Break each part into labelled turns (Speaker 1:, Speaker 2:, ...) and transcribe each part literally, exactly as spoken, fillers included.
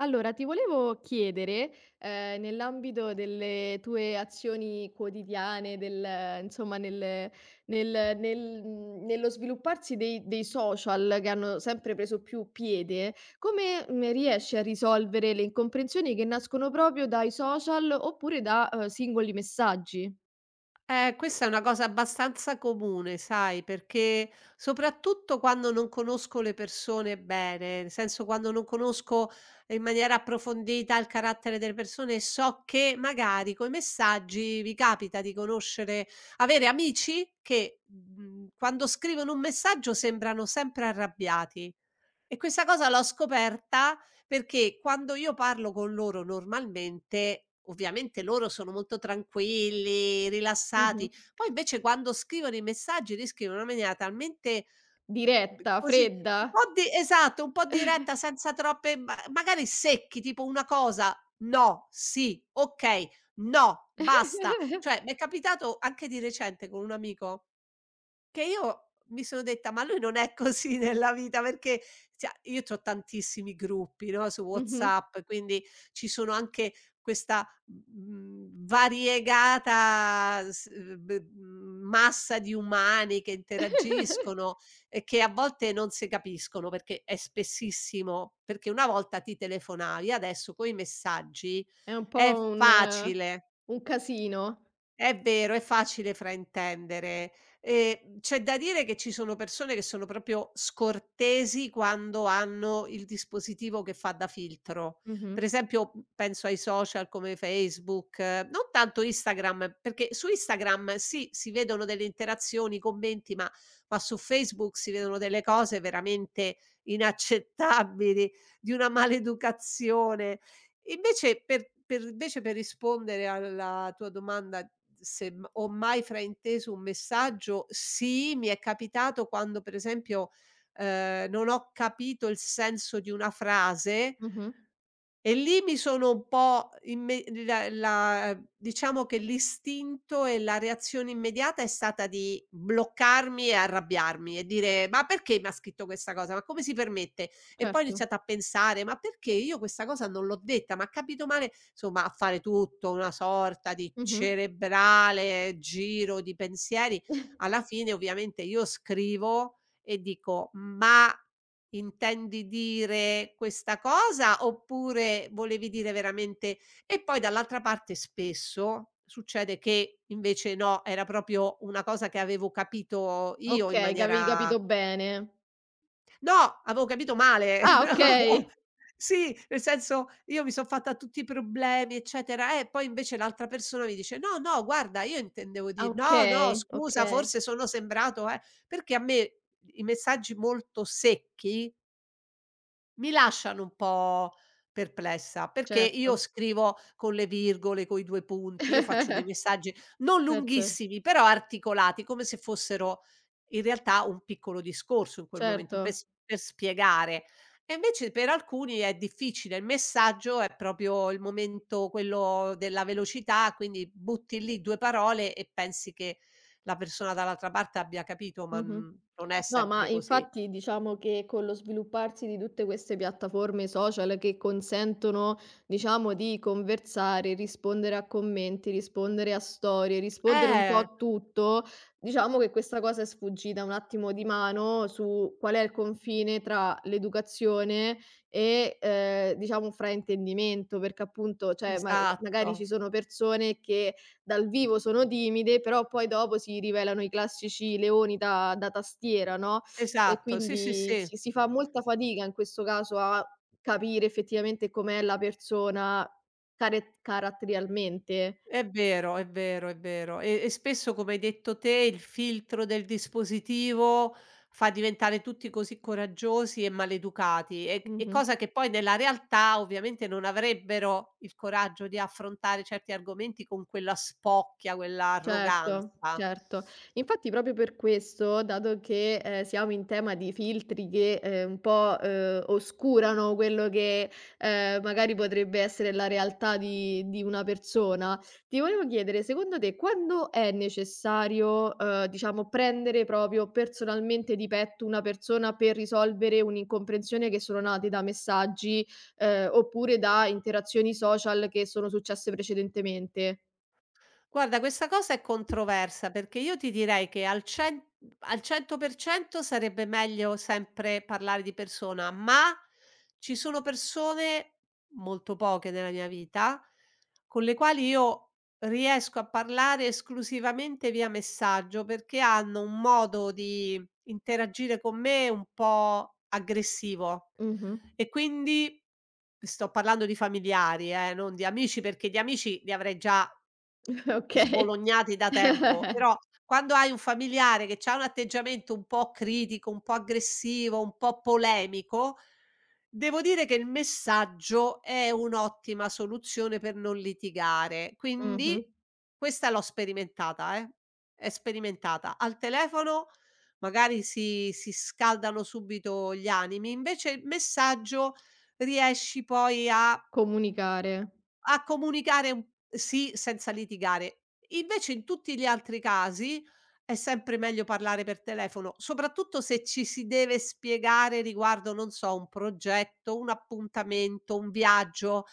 Speaker 1: Allora, ti volevo chiedere, ehm, nell'ambito delle tue azioni quotidiane, del insomma, nel nel nel mhmm, nello svilupparsi dei dei social che hanno sempre preso più piede, come, mhmm, riesci a risolvere le incomprensioni che nascono proprio dai social oppure da, uhm, singoli messaggi?
Speaker 2: Eh, questa è una cosa abbastanza comune, sai, perché soprattutto quando non conosco le persone bene, nel senso quando non conosco in maniera approfondita il carattere delle persone, so che magari coi messaggi vi capita di conoscere, avere amici che mh, quando scrivono un messaggio sembrano sempre arrabbiati. E questa cosa l'ho scoperta perché quando io parlo con loro normalmente, ovviamente loro sono molto tranquilli,
Speaker 1: Mh-mh.
Speaker 2: rilassati, poi invece quando scrivono i messaggi li scrivono in una maniera talmente b
Speaker 1: Diretta,
Speaker 2: così,
Speaker 1: fredda.
Speaker 2: un po' di esatto, un po' diretta, senza troppe, ma magari secchi, tipo una cosa: "No, sì, okay, no, basta." Cioè, m'è capitato anche di recente con un amico che io mi sono detta: "Ma lui non è così nella vita", perché cioè io c'ho tantissimi gruppi, no, su
Speaker 1: Mh-mh.
Speaker 2: WhatsApp, quindi ci sono anche questa, mhmm, variegata s b mhmm, massa di umani che interagiscono e che a volte non si capiscono, perché è spessissimo perché una volta ti telefonavi, adesso coi messaggi
Speaker 1: È un
Speaker 2: è
Speaker 1: po' un eh,
Speaker 2: facile.
Speaker 1: un casino.
Speaker 2: È vero, è facile fraintendere. Ehm, c'è da dire che ci sono persone che sono proprio scortesi quando hanno il dispositivo che fa da filtro.
Speaker 1: Mh-mh.
Speaker 2: Per esempio, mhmm, penso ai social come Facebook, eh, non tanto Instagram, perché su Instagram sì, si vedono delle interazioni, commenti, ma ma su Facebook si vedono delle cose veramente inaccettabili, di una maleducazione. Invece per per invece per rispondere alla tua domanda, se m ho mai frainteso un messaggio, sì, mi è capitato quando, per esempio, ehm, non ho capito il senso di una frase,
Speaker 1: Mh-mh.
Speaker 2: e lì mi sono un po', imme la la diciamo che l'istinto e la reazione immediata è stata di bloccarmi e arrabbiarmi e dire: "Ma perché mi ha scritto questa cosa? Ma come si permette?" E poi ho
Speaker 1: Certo.
Speaker 2: iniziato a pensare: "Ma perché io questa cosa non l'ho detta? Ma ha capito male", insomma, a fare tutto una sorta di
Speaker 1: Mh-mh.
Speaker 2: cerebrale giro di pensieri. Alla fine ovviamente io scrivo e dico: "Ma intendi dire questa cosa, oppure volevi dire veramente", e poi dall'altra parte spesso succede che invece no, era proprio una cosa che avevo capito io in
Speaker 1: Okay, che avevi
Speaker 2: maniera.
Speaker 1: capito bene.
Speaker 2: No, avevo capito male.
Speaker 1: Ah,
Speaker 2: No.
Speaker 1: okay.
Speaker 2: Sì, nel senso, io mi son fatta tutti i problemi, eccetera, eh, poi invece l'altra persona mi dice: "No, no, guarda, io intendevo
Speaker 1: Ah,
Speaker 2: di", "No, no,
Speaker 1: okay,
Speaker 2: scusa,
Speaker 1: okay.
Speaker 2: forse sono sembrato eh", perché a me i messaggi molto secchi Mi lasciano un po' perplessa, perché io
Speaker 1: Certo.
Speaker 2: scrivo con le virgole, coi due punti, io faccio dei messaggi non
Speaker 1: Certo,
Speaker 2: lunghissimi, però articolati, come se fossero in realtà un piccolo discorso in quel momento per
Speaker 1: certo.
Speaker 2: s per spiegare. E invece per alcuni è difficile, il messaggio è proprio il momento quello della velocità, quindi butti lì due parole e pensi che la persona dall'altra parte abbia capito, ma
Speaker 1: Mh-mh.
Speaker 2: n non è
Speaker 1: No, ma
Speaker 2: sempre così.
Speaker 1: infatti diciamo che con lo svilupparsi di tutte queste piattaforme social che consentono, diciamo, di conversare, rispondere a commenti, rispondere a storie, rispondere un po'
Speaker 2: Eh,
Speaker 1: a tutto, diciamo che questa cosa è sfuggita un attimo di mano su qual è il confine tra l'educazione e, ehm, diciamo un fraintendimento, perché appunto, cioè ma magari
Speaker 2: esatto.
Speaker 1: ci sono persone che dal vivo sono timide, però poi dopo si rivelano i classici leoni da da tastiera, no, e
Speaker 2: Esatto, sì, sì,
Speaker 1: quindi
Speaker 2: sì.
Speaker 1: si si fa molta fatica in questo caso a capire effettivamente com'è la persona care caratterialmente.
Speaker 2: È vero, è vero, è vero. E e spesso, come hai detto te, il filtro del dispositivo fa diventare tutti così coraggiosi e maleducati, e e
Speaker 1: Mh-mh.
Speaker 2: cosa che poi nella realtà ovviamente non avrebbero il coraggio di affrontare certi argomenti con quella spocchia, quella
Speaker 1: Certo,
Speaker 2: arroganza.
Speaker 1: certo. Infatti proprio per questo, dato che, ehm, siamo in tema di filtri che, ehm, un po', ehm, oscurano quello che, ehm, magari potrebbe essere la realtà di di una persona, ti volevo chiedere, secondo te quando è necessario, ehm, diciamo prendere proprio personalmente di petto una persona per risolvere un'incomprensione che sono nate da messaggi, ehm, oppure da interazioni social che sono successe precedentemente?
Speaker 2: Guarda, questa cosa è controversa, perché io ti direi che al cen al cento per cento sarebbe meglio sempre parlare di persona, ma ci sono persone, molto poche nella mia vita, con le quali io riesco a parlare esclusivamente via messaggio, perché hanno un modo di interagire con me un po' aggressivo.
Speaker 1: Mh-mh.
Speaker 2: E quindi sto parlando di familiari, eh, non di amici, perché di amici li avrei già
Speaker 1: Okay.
Speaker 2: sbolognati da tempo, però quando hai un familiare che c'ha un atteggiamento un po' critico, un po' aggressivo, un po' polemico, devo dire che il messaggio è un'ottima soluzione per non litigare. Quindi
Speaker 1: Mh-mh.
Speaker 2: questa l'ho sperimentata, eh, è sperimentata. Al telefono magari si si scaldano subito gli animi, invece il messaggio riesci poi a
Speaker 1: Comunicare.
Speaker 2: a comunicare un sì, senza litigare. Invece in tutti gli altri casi è sempre meglio parlare per telefono, soprattutto se ci si deve spiegare riguardo, non so, un progetto, un appuntamento, un viaggio.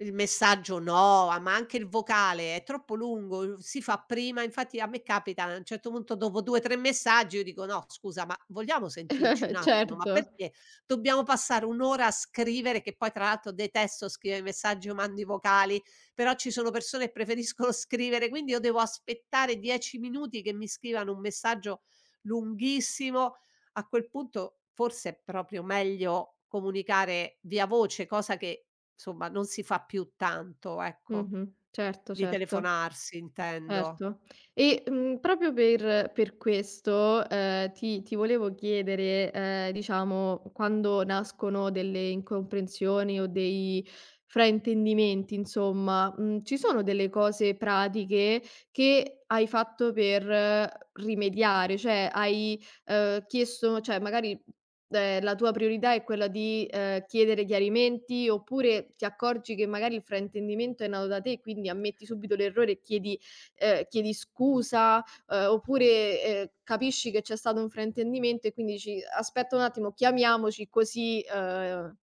Speaker 2: Il messaggio no, a ma anche il vocale è troppo lungo, uhm, si fa prima. Infatti a me capita a un certo punto, dopo due, tre messaggi, io dico: "No, scusa, ma vogliamo sentirci un attimo? Ma
Speaker 1: Certo.
Speaker 2: perché dobbiamo passare un'ora a scrivere?", che poi tra l'altro detesto scrivere messaggi o mandi vocali, però ci sono persone che preferiscono scrivere, quindi io devo aspettare dieci minuti che mi scrivano un messaggio lunghissimo. A quel punto forse è proprio meglio comunicare via voce, cosa che insomma non si fa più tanto, ecco.
Speaker 1: Mh-mh. Certo,
Speaker 2: Di
Speaker 1: certo.
Speaker 2: telefonarsi intendo.
Speaker 1: Certo. E, mhmm, proprio per per questo, ehm, ti ti volevo chiedere, ehm, diciamo, quando nascono delle incomprensioni o dei fraintendimenti insomma, mhmm, ci sono delle cose pratiche che hai fatto per eh, rimediare? Cioè hai, ehm, chiesto cioè magari, ehm, la tua priorità è quella di, ehm, chiedere chiarimenti, oppure ti accorgi che magari il fraintendimento è nato da te, quindi ammetti subito l'errore e chiedi ehm, chiedi scusa, ehm, oppure, ehm, capisci che c'è stato un fraintendimento e quindi dici: "Aspetta un attimo, chiamiamoci così, ehm,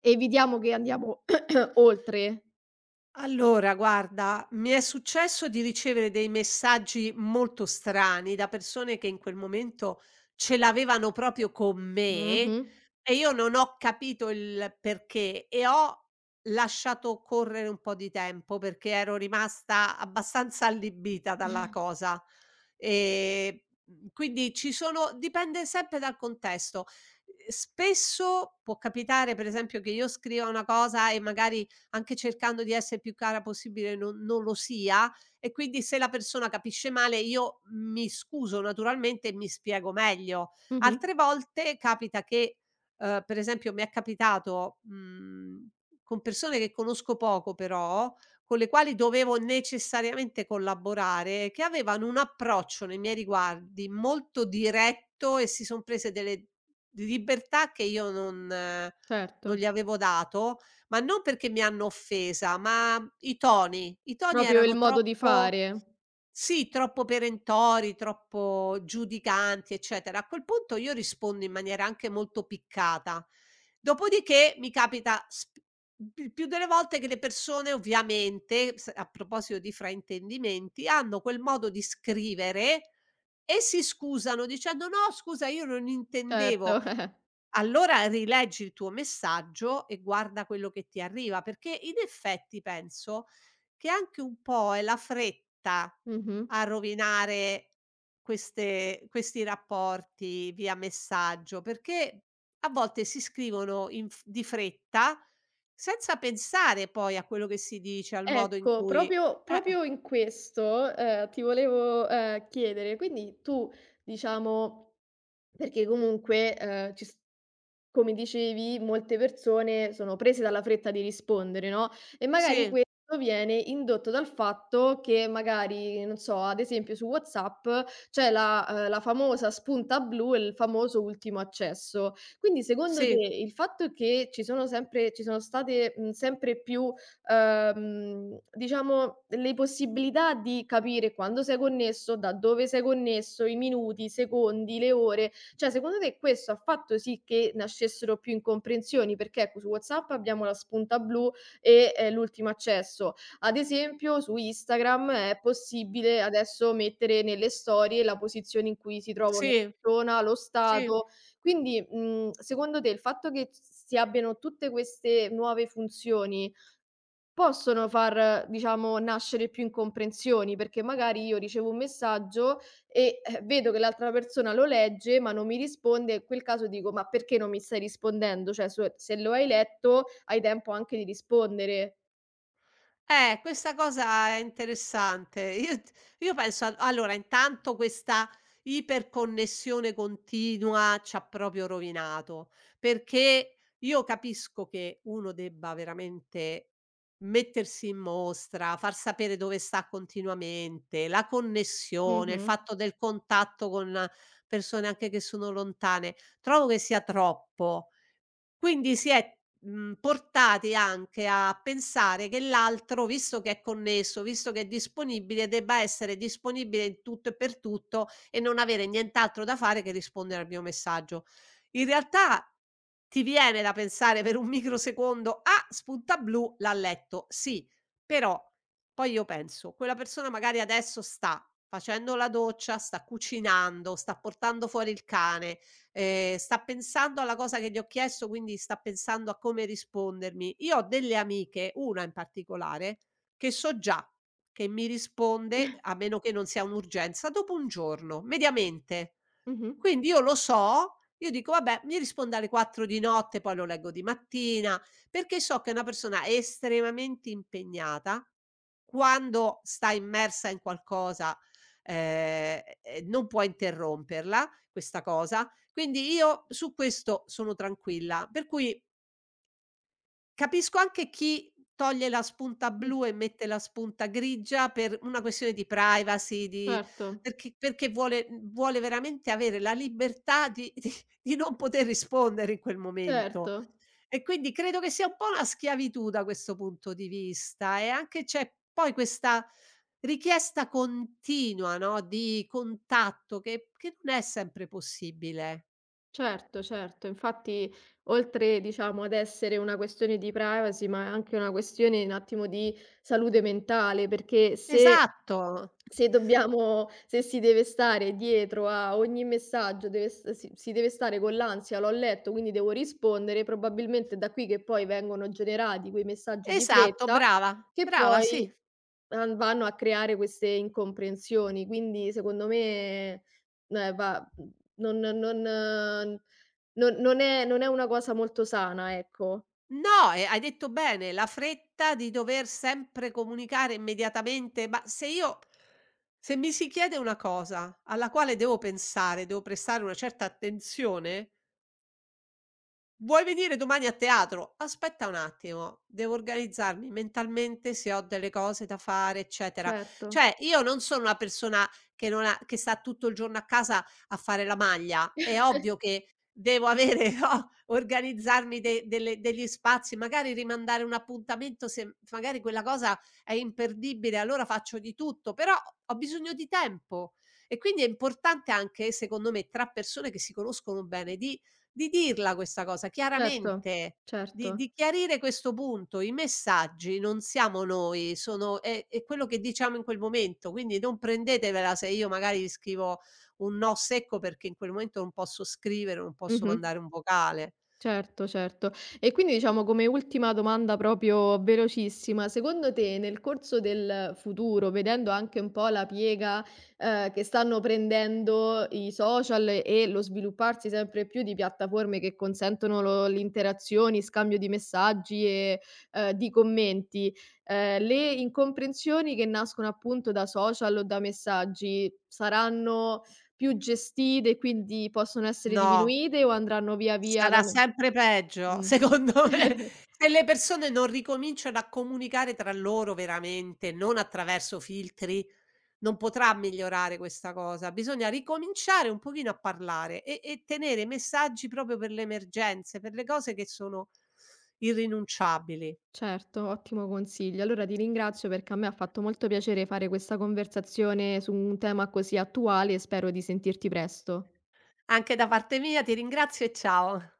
Speaker 1: evitiamo che andiamo oltre."
Speaker 2: Allora, guarda, mi è successo di ricevere dei messaggi molto strani da persone che in quel momento ce l'avevano proprio con me,
Speaker 1: Mh-mh.
Speaker 2: e io non ho capito il perché, e ho lasciato correre un po' di tempo perché ero rimasta abbastanza allibita dalla cosa. E mm, quindi ci sono, dipende sempre dal contesto. Spesso può capitare, per esempio, che io scriva una cosa e magari, anche cercando di essere più cara possibile, non non lo sia, e quindi se la persona capisce male io mi scuso naturalmente e mi spiego meglio.
Speaker 1: Mh-mh.
Speaker 2: Altre volte capita che, uhm, per esempio mi è capitato, mhmm, con persone che conosco poco, però, con le quali dovevo necessariamente collaborare, che avevano un approccio nei miei riguardi molto diretto, e si son prese delle libertà che io non eh, non
Speaker 1: Certo.
Speaker 2: gli avevo dato, ma non perché mi hanno offesa, ma i toni, i toni
Speaker 1: Proprio il
Speaker 2: erano
Speaker 1: modo di
Speaker 2: troppo,
Speaker 1: fare.
Speaker 2: sì, troppo perentori, troppo giudicanti, eccetera. A quel punto io rispondo in maniera anche molto piccata. Dopodiché mi capita sp il più delle volte che le persone ovviamente, s a proposito di fraintendimenti, hanno quel modo di scrivere e si scusano dicendo: "No, scusa, io non intendevo".
Speaker 1: Certo.
Speaker 2: Allora rileggi il tuo messaggio e guarda quello che ti arriva, perché in effetti penso che anche un po' è la fretta
Speaker 1: Mh-mh.
Speaker 2: a rovinare queste questi rapporti via messaggio, perché a volte si scrivono in f di fretta, senza pensare poi a quello che si dice, al modo in
Speaker 1: Ecco,
Speaker 2: cui.
Speaker 1: proprio
Speaker 2: Eh,
Speaker 1: proprio in questo, ehm, ti volevo, ehm, chiedere, quindi tu diciamo. Perché comunque, ehm, ci s come dicevi, molte persone sono prese dalla fretta di rispondere, no, e magari
Speaker 2: sì,
Speaker 1: questo viene indotto dal fatto che magari, non so, ad esempio su WhatsApp c'è la ehm, la famosa spunta blu e il famoso ultimo accesso. Quindi secondo te
Speaker 2: sì,
Speaker 1: il fatto che ci sono sempre ci sono state, mhmm, sempre più, ehm, diciamo le possibilità di capire quando sei connesso, da dove sei connesso, i minuti, i secondi, le ore, cioè, secondo te questo ha fatto sì che nascessero più incomprensioni? Perché ecco, su WhatsApp abbiamo la spunta blu e, ehm, l'ultimo accesso. Ad esempio su Instagram è possibile adesso mettere nelle storie la posizione in cui si trova una
Speaker 2: sì,
Speaker 1: persona, lo
Speaker 2: sì.
Speaker 1: stato. Quindi, mhmm, secondo te il fatto che s si abbiano tutte queste nuove funzioni possono far, diciamo, nascere più incomprensioni, perché magari io ricevo un messaggio e, eh, vedo che l'altra persona lo legge, ma non mi risponde e in quel caso dico: "Ma perché non mi stai rispondendo? Cioè so se lo hai letto hai tempo anche di rispondere."
Speaker 2: Eh, questa cosa è interessante. Io t io penso, al allora intanto questa iperconnessione continua c'ha proprio rovinato, perché io capisco che uno debba veramente mettersi in mostra, far sapere dove sta continuamente, la connessione, il
Speaker 1: Mh-mh.
Speaker 2: fatto del contatto con persone anche che sono lontane. Trovo che sia troppo. Quindi si è, mhmm, portati anche a pensare che l'altro, visto che è connesso, visto che è disponibile, debba essere disponibile in tutto e per tutto e non avere nient'altro da fare che rispondere al mio messaggio. In realtà ti viene da pensare per un microsecondo: "Ah, spunta blu, l'ha letto". Sì, però poi io penso: quella persona magari adesso sta facendo la doccia, sta cucinando, sta portando fuori il cane, ehm, sta pensando alla cosa che gli ho chiesto, quindi sta pensando a come rispondermi. Io ho delle amiche, una in particolare, che so già che mi risponde, a meno che non sia un'urgenza, dopo un giorno, mediamente.
Speaker 1: Mh-mh.
Speaker 2: Quindi io lo so, io dico: "Vabbè, mi risponde alle quattro di notte, poi lo leggo di mattina", perché so che è una persona estremamente impegnata, quando sta immersa in qualcosa, ehm, e non può interromperla questa cosa, quindi io su questo sono tranquilla, per cui capisco anche chi toglie la spunta
Speaker 1: Mh.
Speaker 2: blu e mette la spunta grigia per una questione di privacy, di
Speaker 1: Certo,
Speaker 2: perché perché vuole mhmm, vuole veramente avere la libertà di di di non poter rispondere in quel momento.
Speaker 1: certo.
Speaker 2: E quindi credo che sia un po' una schiavitù da questo punto di vista, e anche c'è poi questa richiesta continua, no, di contatto che che non è sempre possibile.
Speaker 1: Certo, certo. Infatti oltre, diciamo, ad essere una questione di privacy, ma è anche una questione un attimo di salute mentale, perché se
Speaker 2: Esatto.
Speaker 1: Se dobbiamo se si deve stare dietro a ogni messaggio, deve s si si deve stare con l'ansia: "L'ho letto, quindi devo rispondere", probabilmente è da qui che poi vengono generati quei messaggi di
Speaker 2: Esatto,
Speaker 1: fretta
Speaker 2: brava,
Speaker 1: che
Speaker 2: brava,
Speaker 1: poi
Speaker 2: sì.
Speaker 1: an vanno a creare queste incomprensioni. Quindi secondo me, ehm, va mhmm, non non eh, non non è non è una cosa molto sana, ecco.
Speaker 2: No, e hai detto bene, la fretta di dover sempre comunicare immediatamente, ma se io, se mi si chiede una cosa alla quale devo pensare, devo prestare una certa attenzione. Vuoi venire domani a teatro? Aspetta un attimo, devo organizzarmi mentalmente se ho delle cose da fare, eccetera.
Speaker 1: Certo.
Speaker 2: Cioè, io non sono una persona che non ha che sta tutto il giorno a casa a fare la maglia. È ovvio che devo avere, no, organizzarmi de delle degli spazi, magari rimandare un appuntamento; se magari quella cosa è imperdibile, allora faccio di tutto, però ho bisogno di tempo. E quindi è importante anche, secondo me, tra persone che si conoscono bene, di di dirla questa cosa
Speaker 1: Certo,
Speaker 2: chiaramente,
Speaker 1: certo.
Speaker 2: di di chiarire questo punto. I messaggi non siamo noi, sono è è quello che diciamo in quel momento, quindi non prendetevela se io magari vi scrivo un no secco perché in quel momento non posso scrivere, non posso
Speaker 1: Mh-mh.
Speaker 2: mandare un vocale.
Speaker 1: Certo, certo. E quindi diciamo come ultima domanda proprio velocissima, secondo te nel corso del futuro, vedendo anche un po' la piega, ehm, che stanno prendendo i social e lo svilupparsi sempre più di piattaforme che consentono lo l'interazioni, scambio di messaggi e, ehm, di commenti, ehm, le incomprensioni che nascono appunto da social o da messaggi saranno più gestite e quindi possono essere
Speaker 2: No,
Speaker 1: diminuite o andranno via via ad
Speaker 2: sarà
Speaker 1: aumen
Speaker 2: sempre peggio
Speaker 1: Mh.
Speaker 2: secondo me. Se le persone non ricominciano a comunicare tra loro veramente, non attraverso filtri, non potrà migliorare questa cosa; bisogna ricominciare un pochino a parlare e e tenere messaggi proprio per le emergenze, per le cose che sono irrinunciabili.
Speaker 1: Certo, ottimo consiglio. Allora ti ringrazio perché a me ha fatto molto piacere fare questa conversazione su un tema così attuale e spero di sentirti presto.
Speaker 2: Anche da parte mia ti ringrazio e ciao.